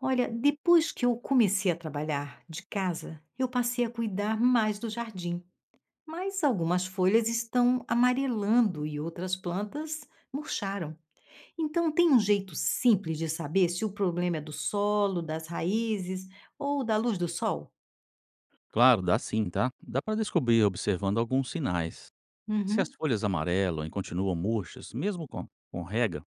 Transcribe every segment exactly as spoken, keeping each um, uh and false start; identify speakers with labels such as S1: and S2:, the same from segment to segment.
S1: Olha, depois que eu comecei a trabalhar de casa, eu passei a cuidar mais do jardim. Mas algumas folhas estão amarelando e outras plantas murcharam. Então, tem um jeito simples de saber se o problema é do solo, das raízes ou da luz do sol?
S2: Claro, dá sim, tá? Dá para descobrir observando alguns sinais. Se as
S1: Uhum.
S2: folhas amarelam e continuam murchas, mesmo com, com rega,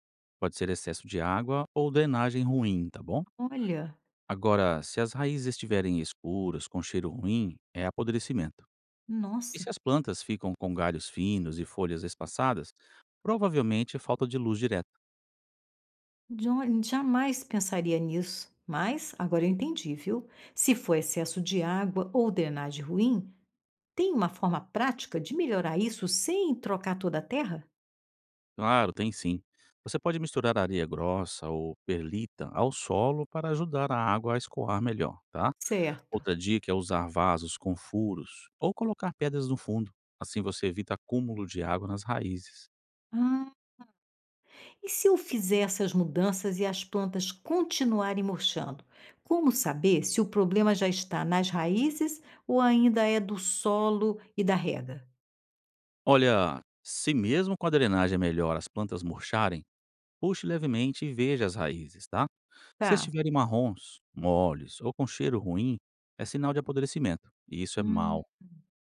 S2: pode ser excesso de água ou drenagem ruim, tá bom?
S1: Olha,
S2: Agora, se as raízes estiverem escuras, com cheiro ruim, é apodrecimento. E
S1: nossa,
S2: se as plantas ficam com galhos finos e folhas espaçadas, provavelmente é falta de luz direta.
S1: jo- jamais pensaria nisso. Mas agora eu entendi, viu? Se for excesso de água ou drenagem ruim, tem uma forma prática de melhorar isso sem trocar toda a terra?
S2: Claro, tem sim. Você pode misturar areia grossa ou perlita ao solo para ajudar a água a escoar melhor, tá?
S1: Certo.
S2: Outra dica é usar vasos com furos ou colocar pedras no fundo. Assim você evita acúmulo de água nas raízes.
S1: Ah, e se eu fizer essas mudanças e as plantas continuarem murchando? Como saber se o problema já está nas raízes ou ainda é do solo e da rega?
S2: Olha, se mesmo com a drenagem é melhor as plantas murcharem, puxe levemente e veja as raízes, tá? Se
S1: Tá.
S2: estiverem marrons, moles ou com cheiro ruim, é sinal de apodrecimento, e isso é
S1: Hum,
S2: mau.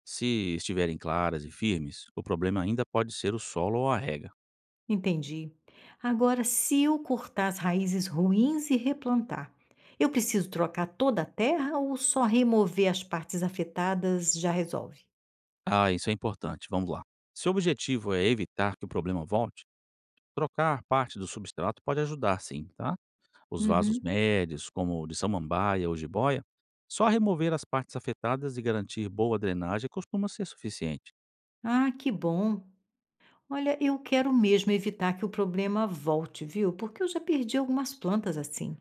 S2: Se estiverem claras e firmes, o problema ainda pode ser o solo ou a rega.
S1: entendi. Agora, se eu cortar as raízes ruins e replantar, eu preciso trocar toda a terra ou só remover as partes afetadas já resolve?
S2: Ah, isso é importante, vamos lá. Se o objetivo é evitar que o problema volte, trocar parte do substrato pode ajudar sim, tá? Os vasos
S1: Uhum.
S2: médios, como o de samambaia ou jiboia, só remover as partes afetadas e garantir boa drenagem costuma ser suficiente.
S1: Ah, que bom! Olha, eu quero mesmo evitar que o problema volte, viu? Porque eu já perdi algumas plantas assim.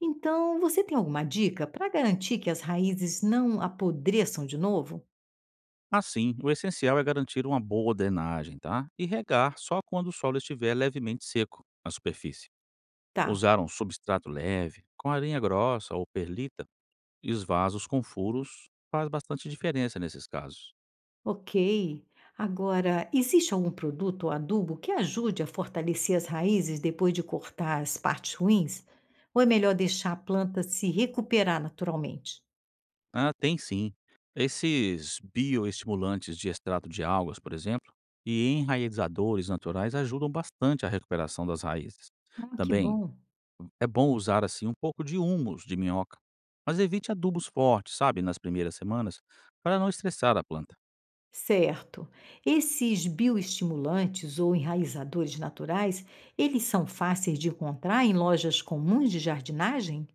S1: Então, você tem alguma dica para garantir que as raízes não apodreçam de novo?
S2: Assim, o essencial é garantir uma boa drenagem, tá? E regar só quando o solo estiver levemente seco na superfície.
S1: Tá,
S2: Usar um substrato leve, com areia grossa ou perlita, e os vasos com furos faz bastante diferença nesses casos.
S1: ok. Agora, existe algum produto ou adubo que ajude a fortalecer as raízes depois de cortar as partes ruins? Ou é melhor deixar a planta se recuperar naturalmente?
S2: Ah, tem sim. Esses bioestimulantes de extrato de algas, por exemplo, e enraizadores naturais ajudam bastante a recuperação das raízes.
S1: Ah, que
S2: Também
S1: bom.
S2: é bom usar assim um pouco de humus de minhoca, mas evite adubos fortes, sabe, nas primeiras semanas, para não estressar a planta.
S1: Certo. Esses bioestimulantes ou enraizadores naturais, eles são fáceis de encontrar em lojas comuns de jardinagem?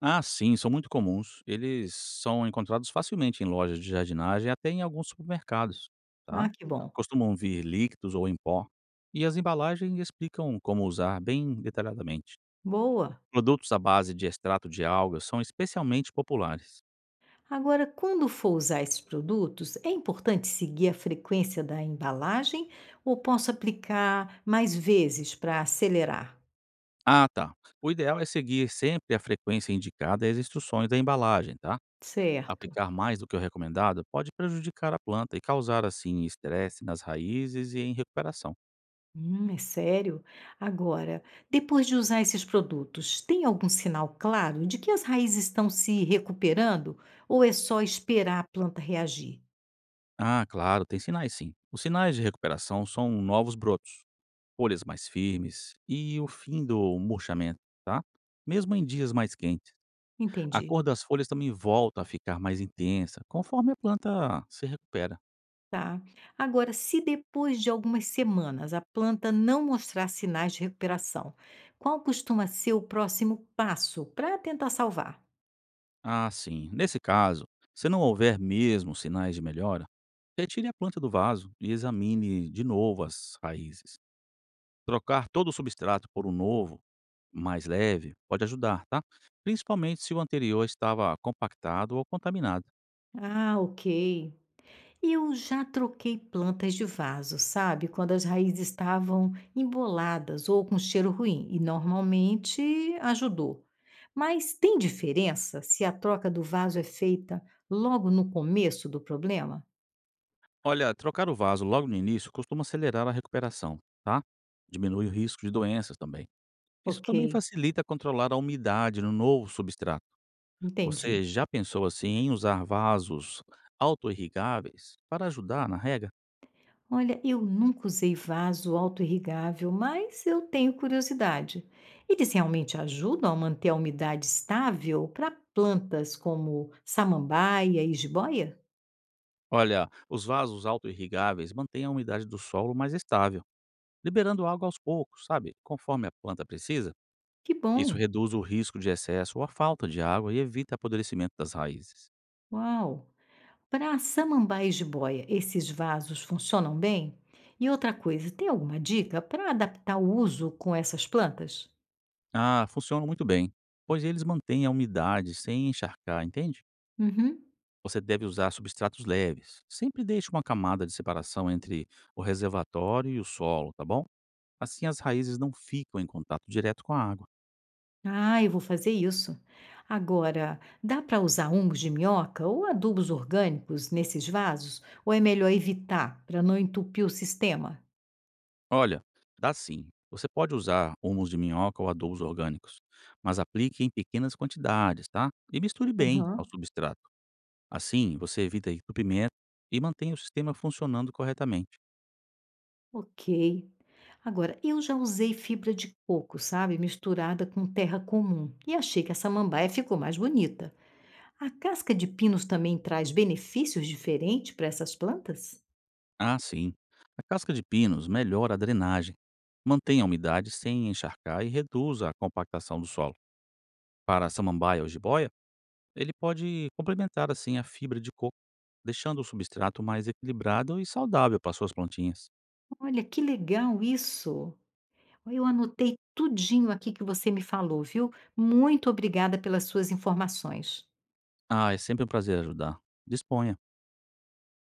S2: Ah, sim, são muito comuns. Eles são encontrados facilmente em lojas de jardinagem, até em alguns supermercados, tá?
S1: Ah, que bom.
S2: Costumam vir líquidos ou em pó, e as embalagens explicam como usar bem detalhadamente.
S1: Boa.
S2: Produtos à base de extrato de algas são especialmente populares.
S1: Agora, quando for usar esses produtos, é importante seguir a frequência da embalagem ou posso aplicar mais vezes para acelerar?
S2: Ah, tá. O ideal é seguir sempre a frequência indicada e as instruções da embalagem, tá?
S1: Certo.
S2: Aplicar mais do que o recomendado pode prejudicar a planta e causar, assim, estresse nas raízes e em recuperação.
S1: Hum, é sério? Agora, depois de usar esses produtos, tem algum sinal claro de que as raízes estão se recuperando ou é só esperar a planta reagir?
S2: Ah, claro, tem sinais sim. Os sinais de recuperação são novos brotos, folhas mais firmes e o fim do murchamento, tá? Mesmo em dias mais quentes, a
S1: Entendi,
S2: cor das folhas também volta a ficar mais intensa conforme a planta se recupera.
S1: tá? Agora, se depois de algumas semanas a planta não mostrar sinais de recuperação, qual costuma ser o próximo passo para tentar salvar?
S2: Ah, sim. Nesse caso, se não houver mesmo sinais de melhora, retire a planta do vaso e examine de novo as raízes. Trocar todo o substrato por um novo mais leve pode ajudar, tá? Principalmente se o anterior estava compactado ou contaminado.
S1: Ah, ok. Eu já troquei plantas de vaso, sabe? Quando as raízes estavam emboladas ou com cheiro ruim, e normalmente ajudou. Mas tem diferença se a troca do vaso é feita logo no começo do problema?
S2: Olha, trocar o vaso logo no início costuma acelerar a recuperação, tá? Diminui o risco de doenças também. Isso
S1: Ok,
S2: também facilita controlar a umidade no novo substrato.
S1: entendi.
S2: Você já pensou assim em usar vasos autoirrigáveis para ajudar na rega?
S1: Olha, eu nunca usei vaso autoirrigável, mas eu tenho curiosidade. Eles realmente ajudam a manter a umidade estável para plantas como samambaia e jiboia?
S2: Olha, os vasos autoirrigáveis mantêm a umidade do solo mais estável, liberando água aos poucos, sabe? Conforme a planta precisa.
S1: Que
S2: Isso
S1: bom!
S2: reduz o risco de excesso ou a falta de água e evita apodrecimento das raízes.
S1: Uau! Para samambaias de boia, esses vasos funcionam bem? E outra coisa, tem alguma dica para adaptar o uso com essas plantas?
S2: Ah, funcionam muito bem, pois eles mantêm a umidade sem encharcar, entende?
S1: Uhum.
S2: Você deve usar substratos leves. Sempre deixe uma camada de separação entre o reservatório e o solo, tá bom? Assim as raízes não ficam em contato direto com a água.
S1: Ah, eu vou fazer isso. Agora, dá para usar hungos de minhoca ou adubos orgânicos nesses vasos? Ou é melhor evitar para não entupir o sistema?
S2: Olha, dá sim. Você pode usar humus de minhoca ou adubos orgânicos, mas aplique em pequenas quantidades, tá? E misture bem ao
S1: Aham,
S2: substrato. Assim, você evita entupimento e mantém o sistema funcionando corretamente.
S1: ok. Agora, eu já usei fibra de coco, sabe? Misturada com terra comum. E achei que essa samambaia ficou mais bonita. A casca de pinos também traz benefícios diferentes para essas plantas?
S2: Ah, sim. A casca de pinos melhora a drenagem, mantém a umidade sem encharcar e reduz a compactação do solo. Para a samambaia ou jiboia, ele pode complementar assim a fibra de coco, deixando o substrato mais equilibrado e saudável para suas plantinhas.
S1: Olha, que legal isso! Olha, eu anotei tudinho aqui que você me falou, viu? Muito obrigada pelas suas informações.
S2: Ah, é sempre um prazer ajudar. Disponha.